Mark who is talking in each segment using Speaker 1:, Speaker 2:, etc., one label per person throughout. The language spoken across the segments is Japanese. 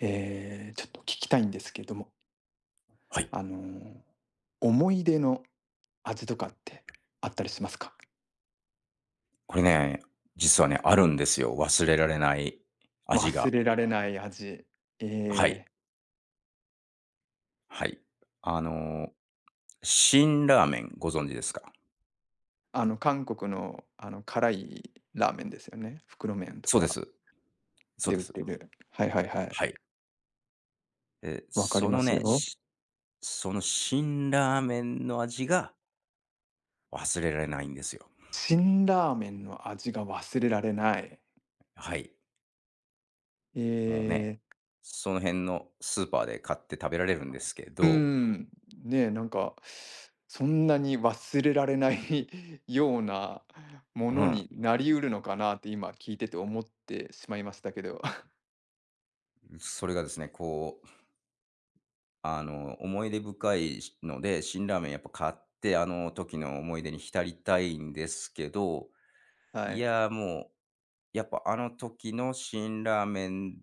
Speaker 1: ちょっと聞きたいんですけれども、
Speaker 2: はい。
Speaker 1: あの、思い出の味とかってあったりしますか？
Speaker 2: これね、実はね、あるんですよ。忘れられない味
Speaker 1: 忘
Speaker 2: が。
Speaker 1: れられない味。
Speaker 2: はい。
Speaker 1: えー
Speaker 2: はい。あのー、辛ラーメンご存知ですか？
Speaker 1: 韓国の、辛いラーメンですよね。袋麺と
Speaker 2: そうで
Speaker 1: か
Speaker 2: す。そう
Speaker 1: で
Speaker 2: で
Speaker 1: 売っ
Speaker 2: す。
Speaker 1: てる。はいはいはい。
Speaker 2: はい。で、
Speaker 1: わかり
Speaker 2: そ
Speaker 1: ま
Speaker 2: の
Speaker 1: す
Speaker 2: ね、
Speaker 1: よ。
Speaker 2: その辛ラーメンの味が忘れられないんですよ。
Speaker 1: 辛ラーメンの味が忘れられない。
Speaker 2: はい。もうね、
Speaker 1: えー
Speaker 2: その辺のスーパーで買って食べられるんですけ
Speaker 1: うー
Speaker 2: ど、
Speaker 1: ん、ね、えなんか、そんなに忘れられない ようなも
Speaker 2: う
Speaker 1: の
Speaker 2: ん、
Speaker 1: になりうるのかなって今聞いてて思ってしまいましたけど。
Speaker 2: それがですね、こう思い出深いので、辛ラーメンやっぱ買って、あの時の思い出に浸りたいんですけど、
Speaker 1: は
Speaker 2: い
Speaker 1: い。
Speaker 2: や、もう、やっぱあの時の辛ラーメン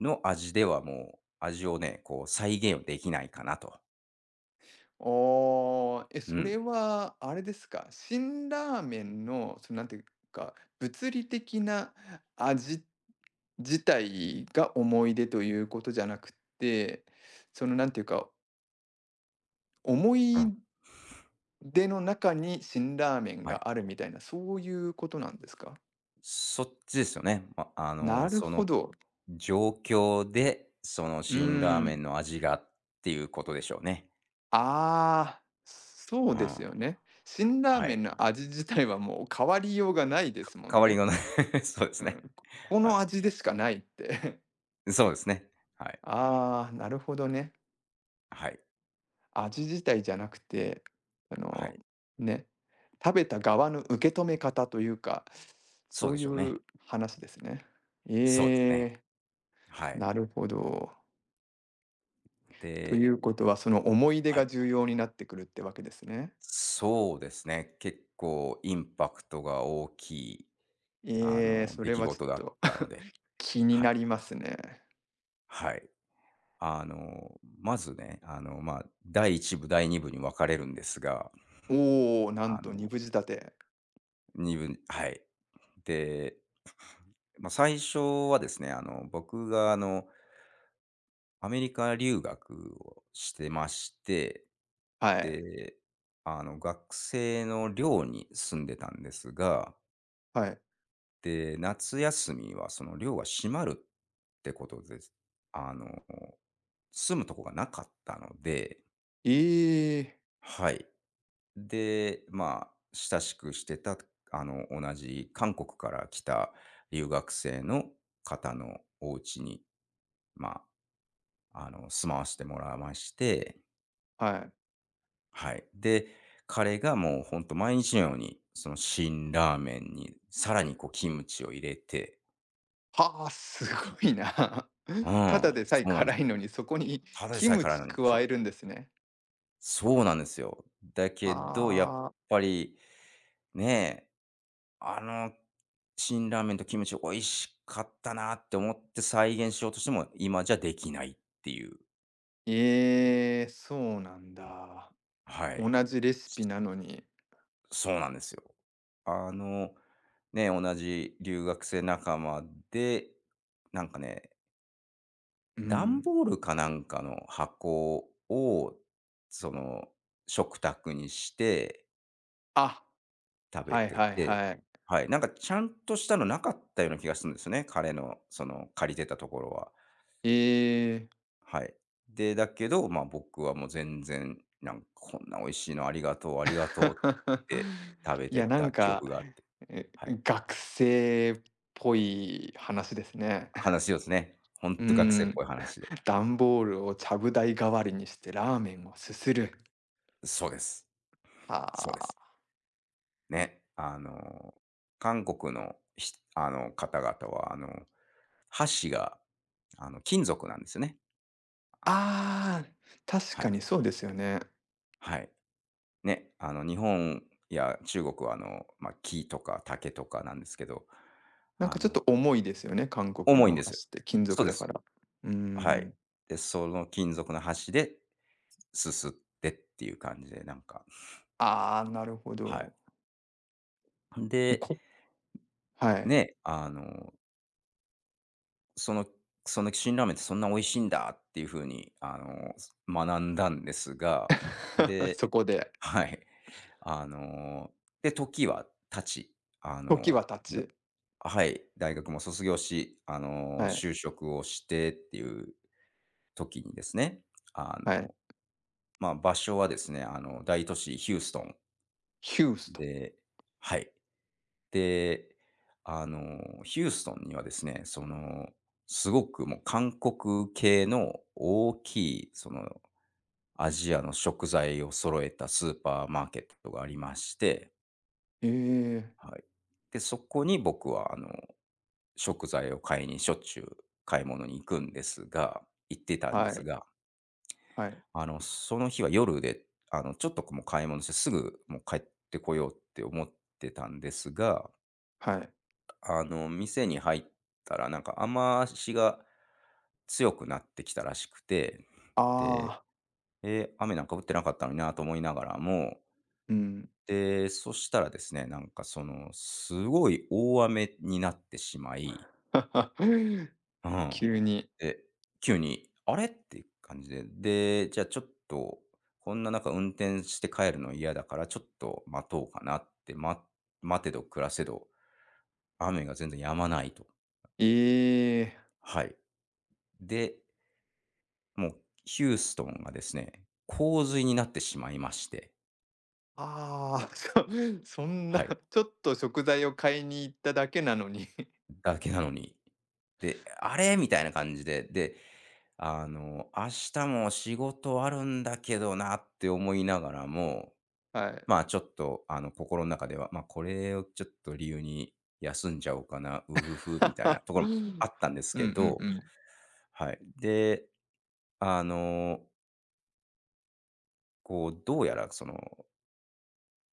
Speaker 2: の味ではもう、味をね、こう再現できないかなと。
Speaker 1: おーえ、
Speaker 2: う
Speaker 1: それ
Speaker 2: ん。
Speaker 1: はあれですか、辛ラーメンの、そのなんていうか、物理的な味自体が思い出ということじゃなくて、そのなんていうか、思
Speaker 2: うん。
Speaker 1: い出の中に辛ラーメン
Speaker 2: はい。
Speaker 1: があるみたいな、そういうことなんですか。
Speaker 2: そっちですよね。ま、あの、
Speaker 1: なる
Speaker 2: その
Speaker 1: ほど。
Speaker 2: 状況で、その
Speaker 1: う
Speaker 2: 辛ラー
Speaker 1: ー
Speaker 2: メン
Speaker 1: ん。
Speaker 2: の味がっていうことでしょうね。
Speaker 1: ああ、そ
Speaker 2: う
Speaker 1: うです
Speaker 2: ん。
Speaker 1: よね。辛ラー
Speaker 2: は
Speaker 1: メン
Speaker 2: い。
Speaker 1: の味自体はもう変わりようがないですも
Speaker 2: 変
Speaker 1: ん
Speaker 2: わり
Speaker 1: ね。
Speaker 2: がない。 そうです
Speaker 1: う
Speaker 2: ね。
Speaker 1: ん。ここ
Speaker 2: は
Speaker 1: の
Speaker 2: い。
Speaker 1: 味でしかないって。
Speaker 2: そうですね。はい。
Speaker 1: ああ、なるほどね。
Speaker 2: はい。
Speaker 1: 味自体じゃなくて、あ
Speaker 2: は
Speaker 1: の、
Speaker 2: い。
Speaker 1: ね、食べた側の受け止め方というか、
Speaker 2: そう
Speaker 1: そ
Speaker 2: で
Speaker 1: うい
Speaker 2: しょうね。
Speaker 1: う話ですね。
Speaker 2: そうですね。
Speaker 1: ええ、
Speaker 2: はい。
Speaker 1: なるほど。と
Speaker 2: で、
Speaker 1: いうことは、その思い出
Speaker 2: はい。
Speaker 1: が重要になってくるってわけですね。
Speaker 2: そうですね。結構インパクトが大きい、
Speaker 1: ええ、そ
Speaker 2: 出
Speaker 1: れ
Speaker 2: 来
Speaker 1: はちょっ
Speaker 2: 事だっ
Speaker 1: と
Speaker 2: たので、
Speaker 1: 気に
Speaker 2: は
Speaker 1: な
Speaker 2: い。
Speaker 1: りますね。
Speaker 2: はい。まずね、第一部、第二部に分かれるんですが、
Speaker 1: おお、なん
Speaker 2: あ
Speaker 1: と
Speaker 2: の、
Speaker 1: 二部仕立て。
Speaker 2: 二部。はい。で、まあ、最初はですね、僕が、アメリカ留学をしてまして。
Speaker 1: はい。
Speaker 2: で、学生の寮に住んでたんですが、
Speaker 1: はい。
Speaker 2: で、夏休みはその寮が閉まるってことです。あの、住むとこがなかったので、
Speaker 1: ええ、
Speaker 2: はい。で、まあ、親しくしてた、同じ韓国から来た留学生の方のお家に、ま住まわせてもらいまして、
Speaker 1: はい。
Speaker 2: はい。で、彼がもうほんと毎日のように、その辛ラーメンにさらにこうキムチを入れて、
Speaker 1: はあ、すごいな。
Speaker 2: う
Speaker 1: た
Speaker 2: ん、
Speaker 1: だでさ
Speaker 2: そ
Speaker 1: え
Speaker 2: うなんで
Speaker 1: 辛
Speaker 2: す
Speaker 1: い
Speaker 2: よ。
Speaker 1: のに、そこに
Speaker 2: ただで
Speaker 1: キ
Speaker 2: さえ
Speaker 1: ム
Speaker 2: 辛いの
Speaker 1: チ
Speaker 2: に、そ
Speaker 1: 加
Speaker 2: う。
Speaker 1: えるんですね。
Speaker 2: そうなんですよ。だけど、やっ
Speaker 1: はあ。
Speaker 2: ぱりね、あの辛ラーメンとキムチ美味しかったなって思って再現しようとしても、今じゃできないっていう。
Speaker 1: ええ、そうなんだ。
Speaker 2: は
Speaker 1: 同
Speaker 2: い。
Speaker 1: じレシピ
Speaker 2: そ
Speaker 1: なのに。
Speaker 2: そうなんですよ。あの、ね、同じ留学生仲間で、なんかね
Speaker 1: う
Speaker 2: 段
Speaker 1: ん。
Speaker 2: ボールかなんかの箱を、その、食卓にして
Speaker 1: あ、
Speaker 2: 食べ
Speaker 1: はい
Speaker 2: て
Speaker 1: はい
Speaker 2: て、
Speaker 1: はい。
Speaker 2: はい、なんかちゃんとしたのなかったような気がするんですね、彼のその借りてたところは。
Speaker 1: ええ。
Speaker 2: はい。で、だけど、僕はもう全然、なんかこんな美味しいのありがとう、ありがとうって食 べ
Speaker 1: い
Speaker 2: て
Speaker 1: や、なん
Speaker 2: た記
Speaker 1: か、
Speaker 2: 憶があって。
Speaker 1: え、
Speaker 2: はい。
Speaker 1: 学生っぽい話ですね。
Speaker 2: 話をですね、ほん
Speaker 1: う
Speaker 2: と学生っ
Speaker 1: ー
Speaker 2: ぽ
Speaker 1: ん、
Speaker 2: い話で。
Speaker 1: 段ボールをちゃぶ台代わりにしてラーメンをすする。
Speaker 2: そうです。
Speaker 1: は
Speaker 2: そうです。
Speaker 1: あ。
Speaker 2: ね、韓国の、ひあの、方々は、箸が、金属なんですよね。
Speaker 1: ああ、確
Speaker 2: は
Speaker 1: か
Speaker 2: い。
Speaker 1: にそうですよね。
Speaker 2: はい。ね、日本や中国は、木とか竹とかなんですけど、
Speaker 1: なん
Speaker 2: あ
Speaker 1: かちょっ
Speaker 2: の、
Speaker 1: と重いですよね、韓国
Speaker 2: 重いん
Speaker 1: のお
Speaker 2: ですよ。
Speaker 1: 箸って金
Speaker 2: そ
Speaker 1: 属
Speaker 2: うで
Speaker 1: だ
Speaker 2: す。
Speaker 1: から。うー
Speaker 2: はい。
Speaker 1: ん。
Speaker 2: で、その金属の箸ですすってっていう感じで、なんか、
Speaker 1: ああ、なるほ
Speaker 2: は
Speaker 1: ど。
Speaker 2: い。で、
Speaker 1: こはい。
Speaker 2: ね、そのその辛ラーメンってそんな美味しいんだっていう風に、学んだんですが、で。
Speaker 1: そこで、
Speaker 2: はい。あの、で、時は経ち、
Speaker 1: 時は経
Speaker 2: だ
Speaker 1: ち、
Speaker 2: はい、大学も卒業し、
Speaker 1: はい、
Speaker 2: 就職をしてっていう時にですね、あ
Speaker 1: はい。
Speaker 2: の、場所はですね、大都市ヒューストン
Speaker 1: ヒューストン。
Speaker 2: で。はい。で、ヒューストンにはですね、すごくもう韓国系の大きい、アジアの食材を揃えたスーパーマーケットがありまして、
Speaker 1: ええ、
Speaker 2: はい。で、そこに僕は、食材を買いにしょっちゅう買い物に行くんですが行ってたんで
Speaker 1: は
Speaker 2: す
Speaker 1: い、
Speaker 2: が、
Speaker 1: はい。
Speaker 2: その日は夜で、ちょっとこうもう買い物してすぐもう帰ってこようって思ってたんですが、
Speaker 1: はい。
Speaker 2: 店に入ったら、なんか雨足が強くなってきたらしくて、
Speaker 1: あ
Speaker 2: で、
Speaker 1: あ、
Speaker 2: 雨なんか降ってなかったのになと思いながらも、
Speaker 1: うん。
Speaker 2: で、そしたらですね、なんかその、すごい大雨になってしまい、う ん。
Speaker 1: 急に。
Speaker 2: で、急に、あれっていう感じで、で、じゃあちょっと、こんな中運転して帰るの嫌だから、ちょっと待とうかなって、待てど暮らせど、雨が全然止まないと。
Speaker 1: ええ。
Speaker 2: はい。で、もうヒューストンがですね、洪水になってしまいまして、
Speaker 1: ああ、そん
Speaker 2: は
Speaker 1: な、
Speaker 2: い、
Speaker 1: ちょっと食材を買いに行っただけなのに。
Speaker 2: だけなのに。で、あれ？みたいな感じで、で、明日も仕事あるんだけどなって思いながらも、
Speaker 1: はい。
Speaker 2: まあ、ちょっと、心の中では、これをちょっと理由に休んじゃおうかな、うふふみたいな ところ
Speaker 1: う
Speaker 2: もあ
Speaker 1: ん
Speaker 2: ったんです
Speaker 1: う
Speaker 2: け
Speaker 1: ん
Speaker 2: ど、
Speaker 1: うん。
Speaker 2: はい。で、あの、どうやらその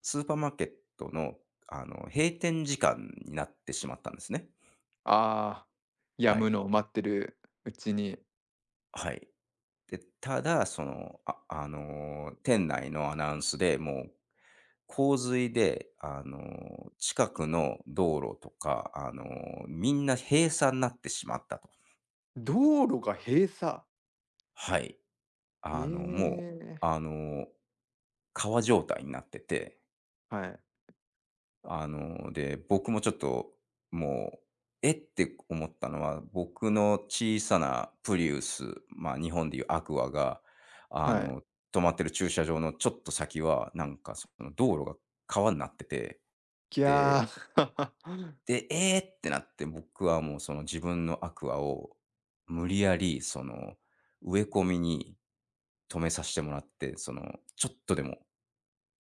Speaker 2: スーパーマーケットの、閉店時間になってしまったんですね。
Speaker 1: ああ、止
Speaker 2: は
Speaker 1: む
Speaker 2: い。
Speaker 1: のを待ってるうちに、
Speaker 2: はい。で、ただ、店内のアナウンスでもう、洪水で、近くの道路とか、みんな閉鎖になってしまったと。
Speaker 1: 道路が閉鎖。
Speaker 2: はい。
Speaker 1: え
Speaker 2: もう、
Speaker 1: え。
Speaker 2: あの、川状態になってて、
Speaker 1: はい、
Speaker 2: で、僕もちょっと、もう、えって思ったのは、僕の小さなプリウス、まあ、日本でいうアクアが、あ
Speaker 1: はい。
Speaker 2: の、止まってる駐車場のちょっと先は、なんか、その道路が川になってて、
Speaker 1: いや
Speaker 2: で、
Speaker 1: ー、
Speaker 2: えーってなって、僕はもうその自分のアクアを無理やり、植え込みに止めさせてもらって、その、ちょっとでも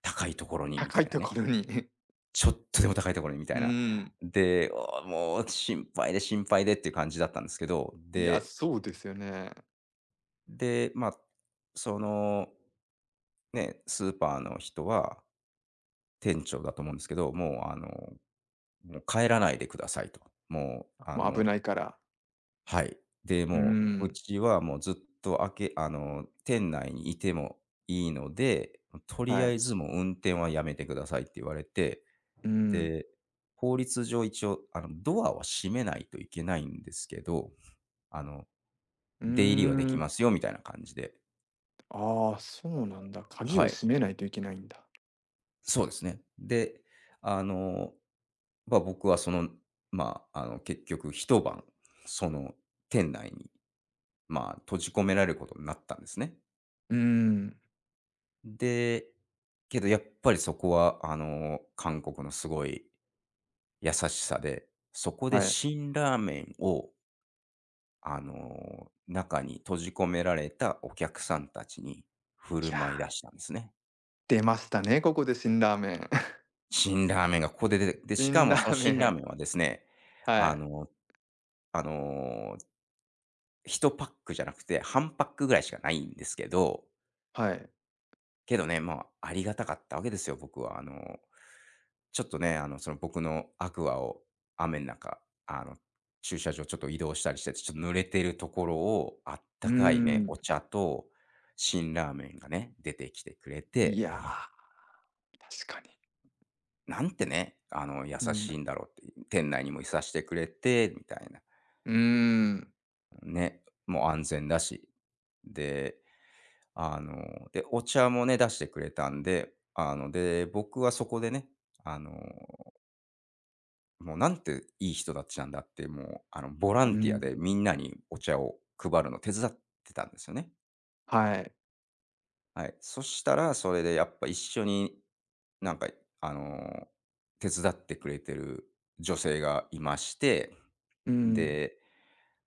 Speaker 2: 高いところにみた
Speaker 1: 高
Speaker 2: い
Speaker 1: い
Speaker 2: な
Speaker 1: と
Speaker 2: ね。
Speaker 1: ころに。
Speaker 2: ちょっとでも高いところにみた
Speaker 1: う
Speaker 2: いな。
Speaker 1: ん。
Speaker 2: で、もう心配で心配でっていう感じだったんですけど、
Speaker 1: いや、
Speaker 2: で、
Speaker 1: そうですよね。
Speaker 2: で、ま、あその、ね、スーパーの人は、店長だと思うんですけど、もうもう帰らないでくださいと。もう
Speaker 1: もう危ないから。
Speaker 2: はい。で、
Speaker 1: うー
Speaker 2: もう、う
Speaker 1: ん。
Speaker 2: ちはもうずっと開けあの、店内にいてもいいので、とり
Speaker 1: は
Speaker 2: あえ
Speaker 1: い。
Speaker 2: ずもう運転はやめてくださいって言われて、
Speaker 1: うん。
Speaker 2: で、法律上一応、ドアは閉めないといけないんですけど、あの、
Speaker 1: うー
Speaker 2: 出入りはできま
Speaker 1: ん。
Speaker 2: すよみたいな感じで。
Speaker 1: ああ、そうなんだ。鍵
Speaker 2: は
Speaker 1: を
Speaker 2: い。
Speaker 1: 閉めないといけないんだ。
Speaker 2: そうですね。で、あの、僕はその、結局一晩、その店内に、まあ、閉じ込められることになったんですね。
Speaker 1: うーん。
Speaker 2: で、けどやっぱりそこは、韓国のすごい優しさで、そこで
Speaker 1: はい。
Speaker 2: 辛ラーメンを、中に閉じ込められたお客さんたちに振
Speaker 1: い
Speaker 2: る舞い
Speaker 1: や、
Speaker 2: 出したんですね。
Speaker 1: 出ましたね、ここで辛ラーメン。
Speaker 2: 辛ラーメンがここで出て、で、しか
Speaker 1: 辛
Speaker 2: も
Speaker 1: ラ
Speaker 2: その
Speaker 1: ーメ
Speaker 2: 辛ラー
Speaker 1: ン。
Speaker 2: メンはですね、
Speaker 1: は
Speaker 2: あ
Speaker 1: い。
Speaker 2: のあの、一パックじゃなくて、半パックぐらいしかないんですけど、
Speaker 1: はい。
Speaker 2: けどね、まあ、ありがたかったわけですよ、僕は。ちょっとね、その僕のアクアを雨の中、駐車場ちょっと移動したりして、ちょっと濡れてるところを、あっ
Speaker 1: う
Speaker 2: た
Speaker 1: ー
Speaker 2: かいね、お
Speaker 1: ん。
Speaker 2: 茶と辛ラーメンがね、出てきてくれ
Speaker 1: い
Speaker 2: て、
Speaker 1: やー、確かに。
Speaker 2: なんてね、優
Speaker 1: うん。
Speaker 2: しいんだろうって、店内にもいさせてくれて、みたいな。
Speaker 1: うーん。
Speaker 2: ね、もう安全だし。で、で、お茶もね、出してくれたんで、で、僕はそこでね、あのもうなんていい人たちなんだって、もう、ボラ
Speaker 1: う
Speaker 2: ンティアで
Speaker 1: ん。
Speaker 2: みんなにお茶を配るの手伝ってたんですよね。
Speaker 1: はい。
Speaker 2: はい。そしたら、それでやっぱ一緒になんか、あの、手伝ってくれてる女性がいまして、
Speaker 1: うん。
Speaker 2: で、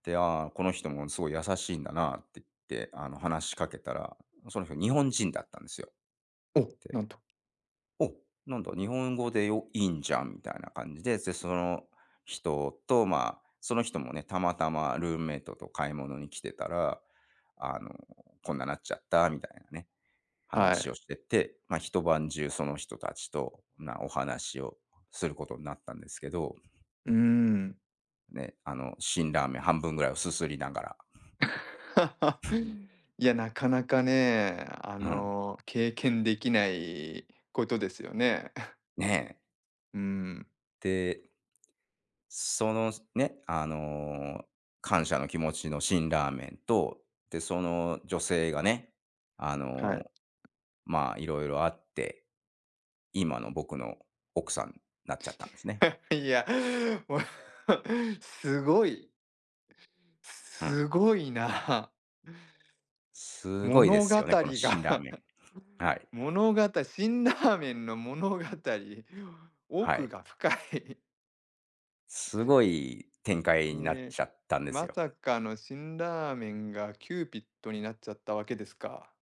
Speaker 2: で、ああ、この人もすごい優しいんだなって言って、話しかけたら、その人日本人だったんですよ。
Speaker 1: お、なんと。
Speaker 2: お、なんだ、日本語でよいいんじゃんみたいな感じで、で、その人と、まあ、その人もね、たまたまルームメイトと買い物に来てたら、あの、こんななっちゃったみたいなね、
Speaker 1: は
Speaker 2: 話を
Speaker 1: い。
Speaker 2: してて、まあ、一晩中その人たちとなお話をすることになったんですけど、
Speaker 1: うーん。
Speaker 2: ね、辛ラーメン半分ぐらいをすすりながら、うん、
Speaker 1: いや、なかなかね、あ
Speaker 2: うん、
Speaker 1: の、経験できないことですよね。
Speaker 2: ね
Speaker 1: うん。
Speaker 2: え。そのね、感謝の気持ちの辛ラーメンと、で、その女性がね、あ
Speaker 1: は
Speaker 2: の、
Speaker 1: い。
Speaker 2: まあ、いろいろあって、今の僕の奥さんになっちゃったんですね。
Speaker 1: いや、もう すごい、
Speaker 2: うん。
Speaker 1: すごいな。
Speaker 2: すごいで
Speaker 1: 物語
Speaker 2: す
Speaker 1: が
Speaker 2: よね、この辛ラーメン。はい。
Speaker 1: 物語辛ラーメンの物語、
Speaker 2: は
Speaker 1: 奥
Speaker 2: い。
Speaker 1: が深い。
Speaker 2: すごい展 開
Speaker 1: ね
Speaker 2: になっ
Speaker 1: え、
Speaker 2: ちゃったんです
Speaker 1: ま
Speaker 2: よ。
Speaker 1: さかの辛ラーメンがキューピッドになっちゃったわけですか。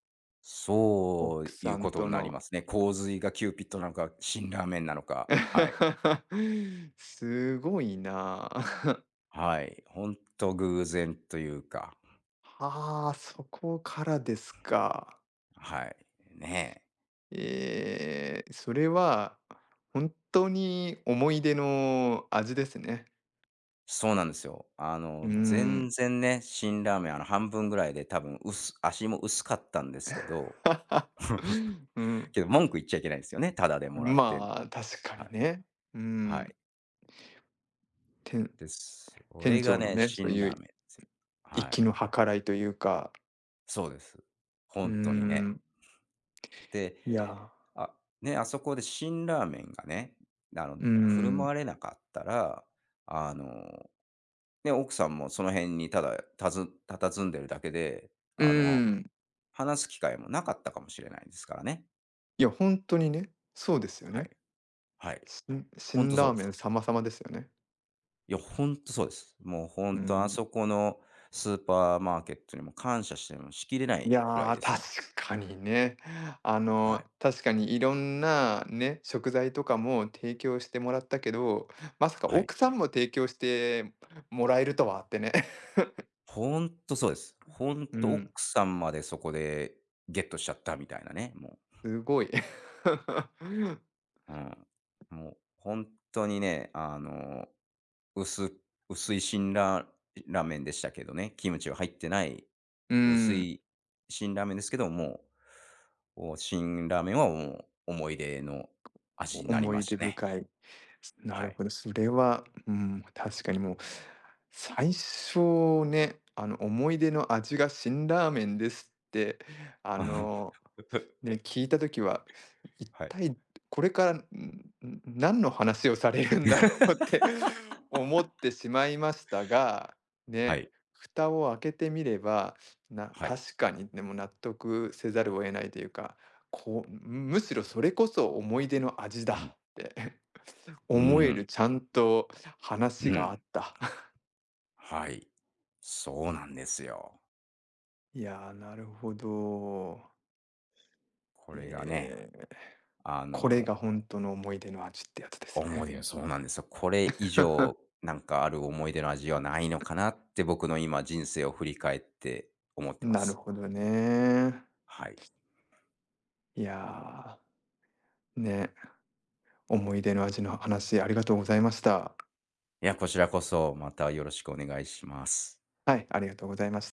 Speaker 1: 奥
Speaker 2: そういう
Speaker 1: さん
Speaker 2: こと
Speaker 1: と
Speaker 2: になり
Speaker 1: の。
Speaker 2: ますね。洪水がキューピッドなのか、辛ラーメンなのか。はい。
Speaker 1: すごいな。
Speaker 2: はい。本当偶然というか。
Speaker 1: はあ、そこからですか。
Speaker 2: はい。ねえ。
Speaker 1: ええ、それは本当に思い出の味ですね。
Speaker 2: そうなんですよ。あ
Speaker 1: うー
Speaker 2: の、全
Speaker 1: ん。
Speaker 2: 然ね、辛ラーメン、あの、半分ぐらいで多分、薄足も薄かったんですけど、
Speaker 1: うん。
Speaker 2: けど文句言っちゃいけないんですよね、タダでもらって。
Speaker 1: まあ、確か
Speaker 2: はい。
Speaker 1: にね。う
Speaker 2: はい。
Speaker 1: ん。店
Speaker 2: です。そ
Speaker 1: 店
Speaker 2: れが
Speaker 1: 長の
Speaker 2: ね、
Speaker 1: ね、そう
Speaker 2: 辛
Speaker 1: い
Speaker 2: ラ
Speaker 1: う
Speaker 2: ーメンですよ。はい。
Speaker 1: 粋の計らいというか、
Speaker 2: そうです。
Speaker 1: うー
Speaker 2: 本当にね。
Speaker 1: ん、
Speaker 2: で、
Speaker 1: いや、
Speaker 2: あ、ね、あそこで辛ラーメンがね、あの、
Speaker 1: うー
Speaker 2: 振る舞
Speaker 1: ん、
Speaker 2: われなかったら、あの、ね、奥さんもその辺にただたず佇んでるだけで、
Speaker 1: う
Speaker 2: あの、
Speaker 1: ーん。
Speaker 2: 話す機会もなかったかもしれないですからね。
Speaker 1: いや、本当にね、そうですよ
Speaker 2: はい。
Speaker 1: ね。
Speaker 2: はい。
Speaker 1: し
Speaker 2: ほん
Speaker 1: 辛
Speaker 2: とそう
Speaker 1: ラー
Speaker 2: で
Speaker 1: メ
Speaker 2: す。
Speaker 1: ン様々ですよね。
Speaker 2: いや、ほんとそうです。もうほん
Speaker 1: う
Speaker 2: とあ
Speaker 1: ん。
Speaker 2: そこのスーパーマーケットにも感謝してもしきれな
Speaker 1: い
Speaker 2: いぐらい
Speaker 1: やー、
Speaker 2: です
Speaker 1: 確
Speaker 2: よ。
Speaker 1: かにね。あ
Speaker 2: は
Speaker 1: の、
Speaker 2: い。
Speaker 1: 確かにいろんなね、食材とかも提供してもらったけど、まさか
Speaker 2: はい。
Speaker 1: 奥さんも提供してもらえるとはってね。
Speaker 2: ほんとそうです。ほん
Speaker 1: う
Speaker 2: と
Speaker 1: ん、
Speaker 2: 奥さんまでそこでゲットしちゃったみたいなね、もう。
Speaker 1: すごい。
Speaker 2: うん。もう、本当にね、薄薄いラーメンでしたけどね、キムチは入ってない、
Speaker 1: う
Speaker 2: 薄
Speaker 1: ん、
Speaker 2: い辛ラーメンですけど、もう、お辛ラーメンはもう思い出の味になり
Speaker 1: 思
Speaker 2: ま
Speaker 1: い
Speaker 2: した
Speaker 1: 出
Speaker 2: ね。
Speaker 1: 深い。な
Speaker 2: は
Speaker 1: る
Speaker 2: い。
Speaker 1: ほど、それは、うん、確かにもう、最初ね、あの、思い出の味が辛ラーメンですって、あの ね、聞いた時は、一
Speaker 2: はい。
Speaker 1: 体これから、何の話をされるんだろうって 思ってしまいましたが、
Speaker 2: は
Speaker 1: ね、
Speaker 2: い。
Speaker 1: 蓋を開けてみれば、
Speaker 2: はい。
Speaker 1: 確かにでも納得せざるを得ないというか、こう、むしろそれこそ思い出の味
Speaker 2: うん。
Speaker 1: だって
Speaker 2: う
Speaker 1: 思え
Speaker 2: ん。
Speaker 1: るちゃんと
Speaker 2: う
Speaker 1: 話があ
Speaker 2: ん。
Speaker 1: った。
Speaker 2: はい。そうなんですよ。
Speaker 1: いやー、なるほど。
Speaker 2: これがね、
Speaker 1: えー
Speaker 2: あ
Speaker 1: これ
Speaker 2: の
Speaker 1: が本当の思い出の味ってやつです
Speaker 2: 思い
Speaker 1: ね。
Speaker 2: 出、そうなんですよ。これ以上、なんかある思い出の味はないのかなって僕の今人生を振り返って思ってま
Speaker 1: なる
Speaker 2: す。
Speaker 1: ほどね。
Speaker 2: はい。
Speaker 1: いやー、ね、思い出の味の話ありがとうございました。
Speaker 2: いや、こちらこそまたよろしくお願いします。
Speaker 1: はい、ありがとうございました